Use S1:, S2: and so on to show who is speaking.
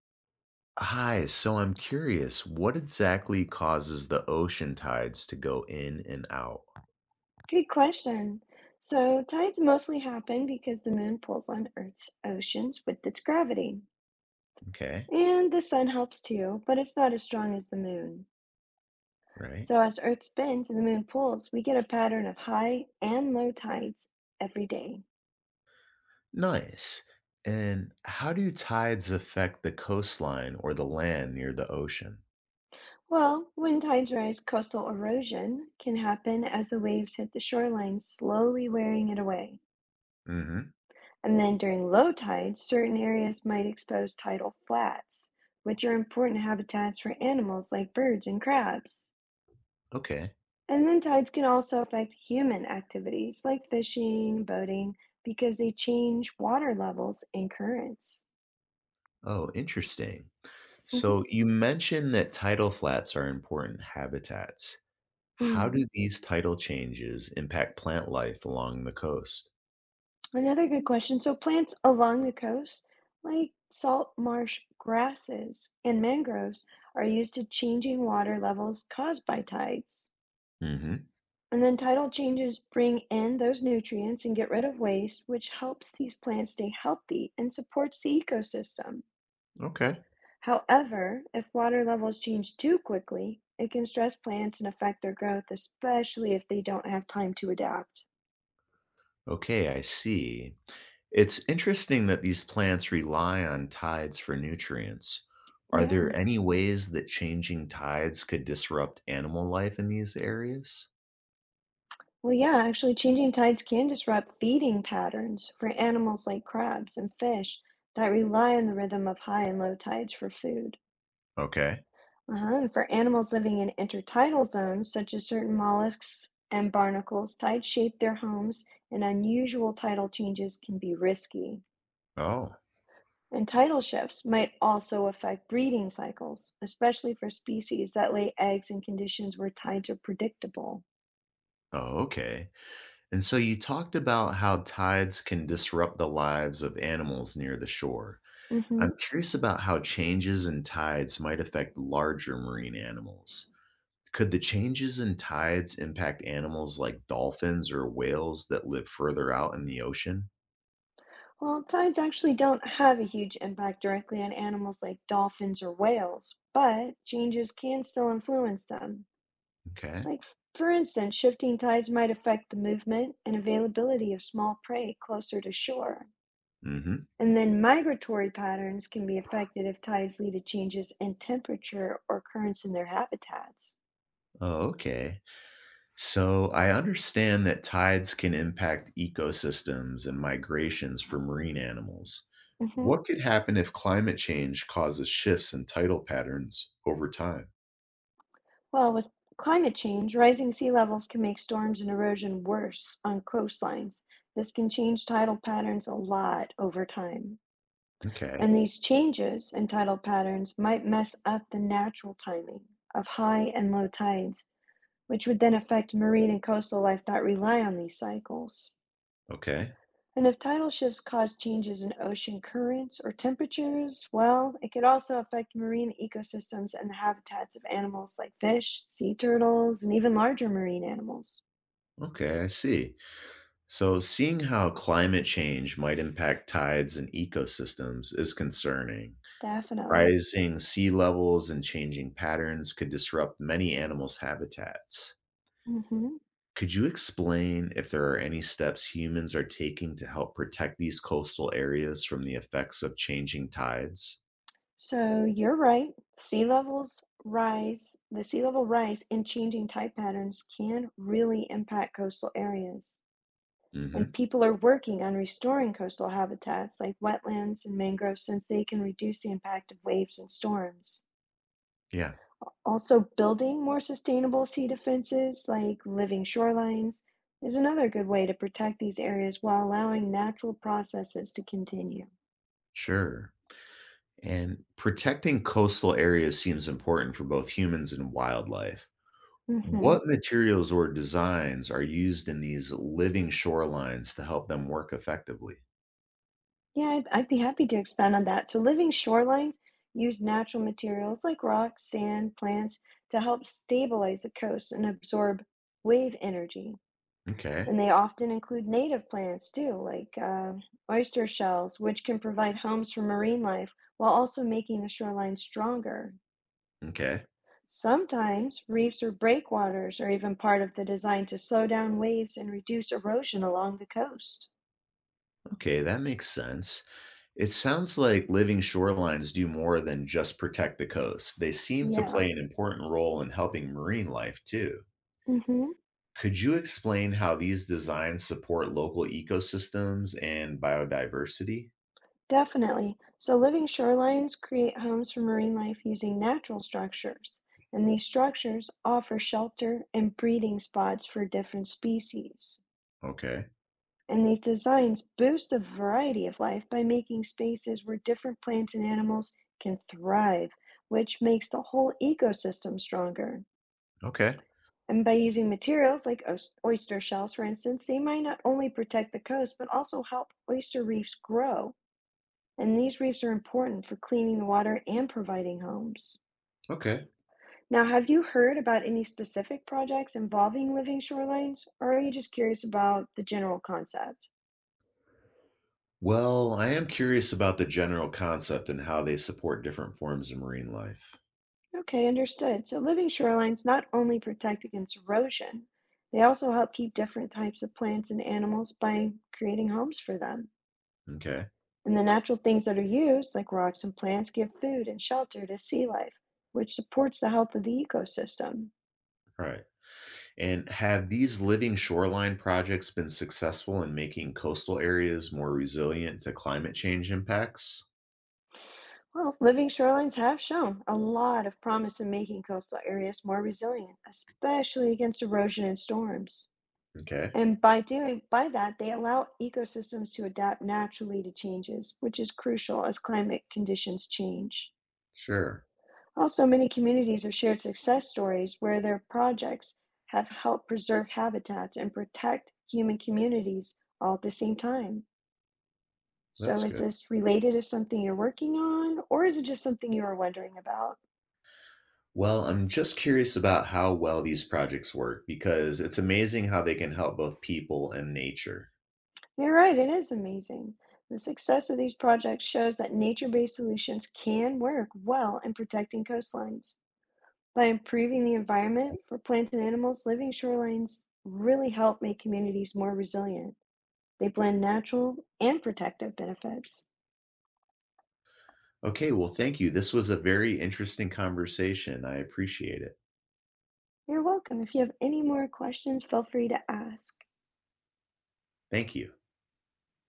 S1: Hi, so I'm curious, what exactly causes the ocean tides to go in and out?
S2: Good question. So, tides mostly happen because the moon pulls on Earth's oceans with its gravity.
S1: Okay,
S2: And the sun helps too, but it's not as strong as the moon.
S1: right.
S2: So, as Earth spins and the moon pulls, we get a pattern of high and low tides every day.
S1: Nice. And how do tides affect the coastline or the land near the ocean?
S2: Well, when tides rise, coastal erosion can happen as the waves hit the shoreline, slowly wearing it away.
S1: Hmm.
S2: And then during low tides, certain areas might expose tidal flats, which are important habitats for animals like birds and crabs.
S1: Okay.
S2: And then tides can also affect human activities like fishing, boating, because they change water levels and currents.
S1: Oh, interesting.
S2: Mhm.
S1: So you mentioned that tidal flats are important habitats. How
S2: Mm.
S1: do these tidal changes impact plant life along the coast?
S2: Another good question. So, plants along the coast, like salt marsh grasses and mangroves, are used to changing water levels caused by tides.
S1: Hmm.
S2: And then tidal changes bring in those nutrients and get rid of waste, which helps these plants stay healthy and supports the ecosystem.
S1: Okay.
S2: However, if water levels change too quickly, it can stress plants and affect their growth, especially if they don't have time to adapt.
S1: Okay, I see. It's interesting that these plants rely on tides for nutrients. Are
S2: Yeah.
S1: there any ways that changing tides could disrupt animal life in these areas?
S2: Well, yeah, actually, changing tides can disrupt feeding patterns for animals like crabs and fish that rely on the rhythm of high and low tides for food.
S1: Okay.
S2: Uh-huh. And for animals living in intertidal zones, such as certain mollusks and barnacles, tides shape their homes, and unusual tidal changes can be risky.
S1: Oh.
S2: And tidal shifts might also affect breeding cycles, especially for species that lay eggs in conditions where tides are predictable.
S1: Oh, okay. And so you talked about how tides can disrupt the lives of animals near the shore.
S2: hmm
S1: I'm curious about how changes in tides might affect larger marine animals. Could the changes in tides impact animals like dolphins or whales that live further out in the ocean?
S2: Well, tides actually don't have a huge impact directly on animals like dolphins or whales, but changes can still influence them.
S1: Okay.
S2: Like, for instance, shifting tides might affect the movement and availability of small prey closer to shore.
S1: Mhm.
S2: And then migratory patterns can be affected if tides lead to changes in temperature or currents in their habitats.
S1: Oh, okay. So I understand that tides can impact ecosystems and migrations for marine animals.
S2: hmm
S1: What could happen if climate change causes shifts in tidal patterns over time?
S2: Well, with climate change, rising sea levels can make storms and erosion worse on coastlines. This can change tidal patterns a lot over time.
S1: Okay.
S2: And these changes in tidal patterns might mess up the natural timing of high and low tides which would then affect marine and coastal life that rely on these cycles.
S1: Okay.
S2: And if tidal shifts cause changes in ocean currents or temperatures, well, it could also affect marine ecosystems and the habitats of animals like fish, sea turtles, and even larger marine animals.
S1: Okay, I see. So seeing how climate change might impact tides and ecosystems is concerning.
S2: Definitely.
S1: Rising sea levels and changing patterns could disrupt many animals' habitats.
S2: hmm
S1: Could you explain if there are any steps humans are taking to help protect these coastal areas from the effects of changing tides?
S2: So you're right. The sea level rise and changing tide patterns can really impact coastal areas. And
S1: Hmm.
S2: people are working on restoring coastal habitats like wetlands and mangroves since they can reduce the impact of waves and storms.
S1: Yeah,
S2: Also, building more sustainable sea defenses like living shorelines is another good way to protect these areas while allowing natural processes to continue.
S1: sure. And protecting coastal areas seems important for both humans and wildlife.
S2: hmm
S1: What materials or designs are used in these living shorelines to help them work effectively?
S2: Yeah, I'd be happy to expand on that. So, living shorelines use natural materials like rocks, sand, plants to help stabilize the coast and absorb wave energy.
S1: Okay,
S2: And they often include native plants too, like oyster shells, which can provide homes for marine life while also making the shoreline stronger.
S1: okay,
S2: Sometimes reefs or breakwaters are even part of the design to slow down waves and reduce erosion along the coast.
S1: okay, that makes sense. It sounds like living shorelines do more than just protect the coast. They seem to
S2: Yeah.
S1: play an important role in helping marine life too.
S2: hmm
S1: Could you explain how these designs support local ecosystems and biodiversity?
S2: Definitely. So living shorelines create homes for marine life using natural structures, and these structures offer shelter and breeding spots for different species.
S1: Okay.
S2: And these designs boost the variety of life by making spaces where different plants and animals can thrive, which makes the whole ecosystem stronger.
S1: Okay.
S2: And by using materials like oyster shells, for instance, they might not only protect the coast, but also help oyster reefs grow. And these reefs are important for cleaning the water and providing homes.
S1: Okay,
S2: Now, have you heard about any specific projects involving living shorelines, or are you just curious about the general concept?
S1: well, I am curious about the general concept and how they support different forms of marine life.
S2: Okay, understood. So living shorelines not only protect against erosion, they also help keep different types of plants and animals by creating homes for them.
S1: Okay.
S2: And the natural things that are used, like rocks and plants, give food and shelter to sea life, which supports the health of the ecosystem.
S1: All right. And have these living shoreline projects been successful in making coastal areas more resilient to climate change impacts?
S2: Well, living shorelines have shown a lot of promise in making coastal areas more resilient, especially against erosion and storms.
S1: Okay,
S2: And by that, they allow ecosystems to adapt naturally to changes, which is crucial as climate conditions change.
S1: sure.
S2: Also, many communities have shared success stories where their projects have helped preserve habitats and protect human communities all at the same time. So,
S1: That's
S2: is
S1: good.
S2: this related to something you're working on, or is it just something you were wondering about?
S1: Well, I'm just curious about how well these projects work because it's amazing how they can help both people and nature.
S2: You're right, it is amazing. The success of these projects shows that nature based solutions can work well in protecting coastlines. By improving the environment for plants and animals, living shorelines really help make communities more resilient. They blend natural and protective benefits.
S1: Okay, well, thank you. This was a very interesting conversation. I appreciate it.
S2: You're welcome. If you have any more questions, feel free to ask.
S1: Thank you.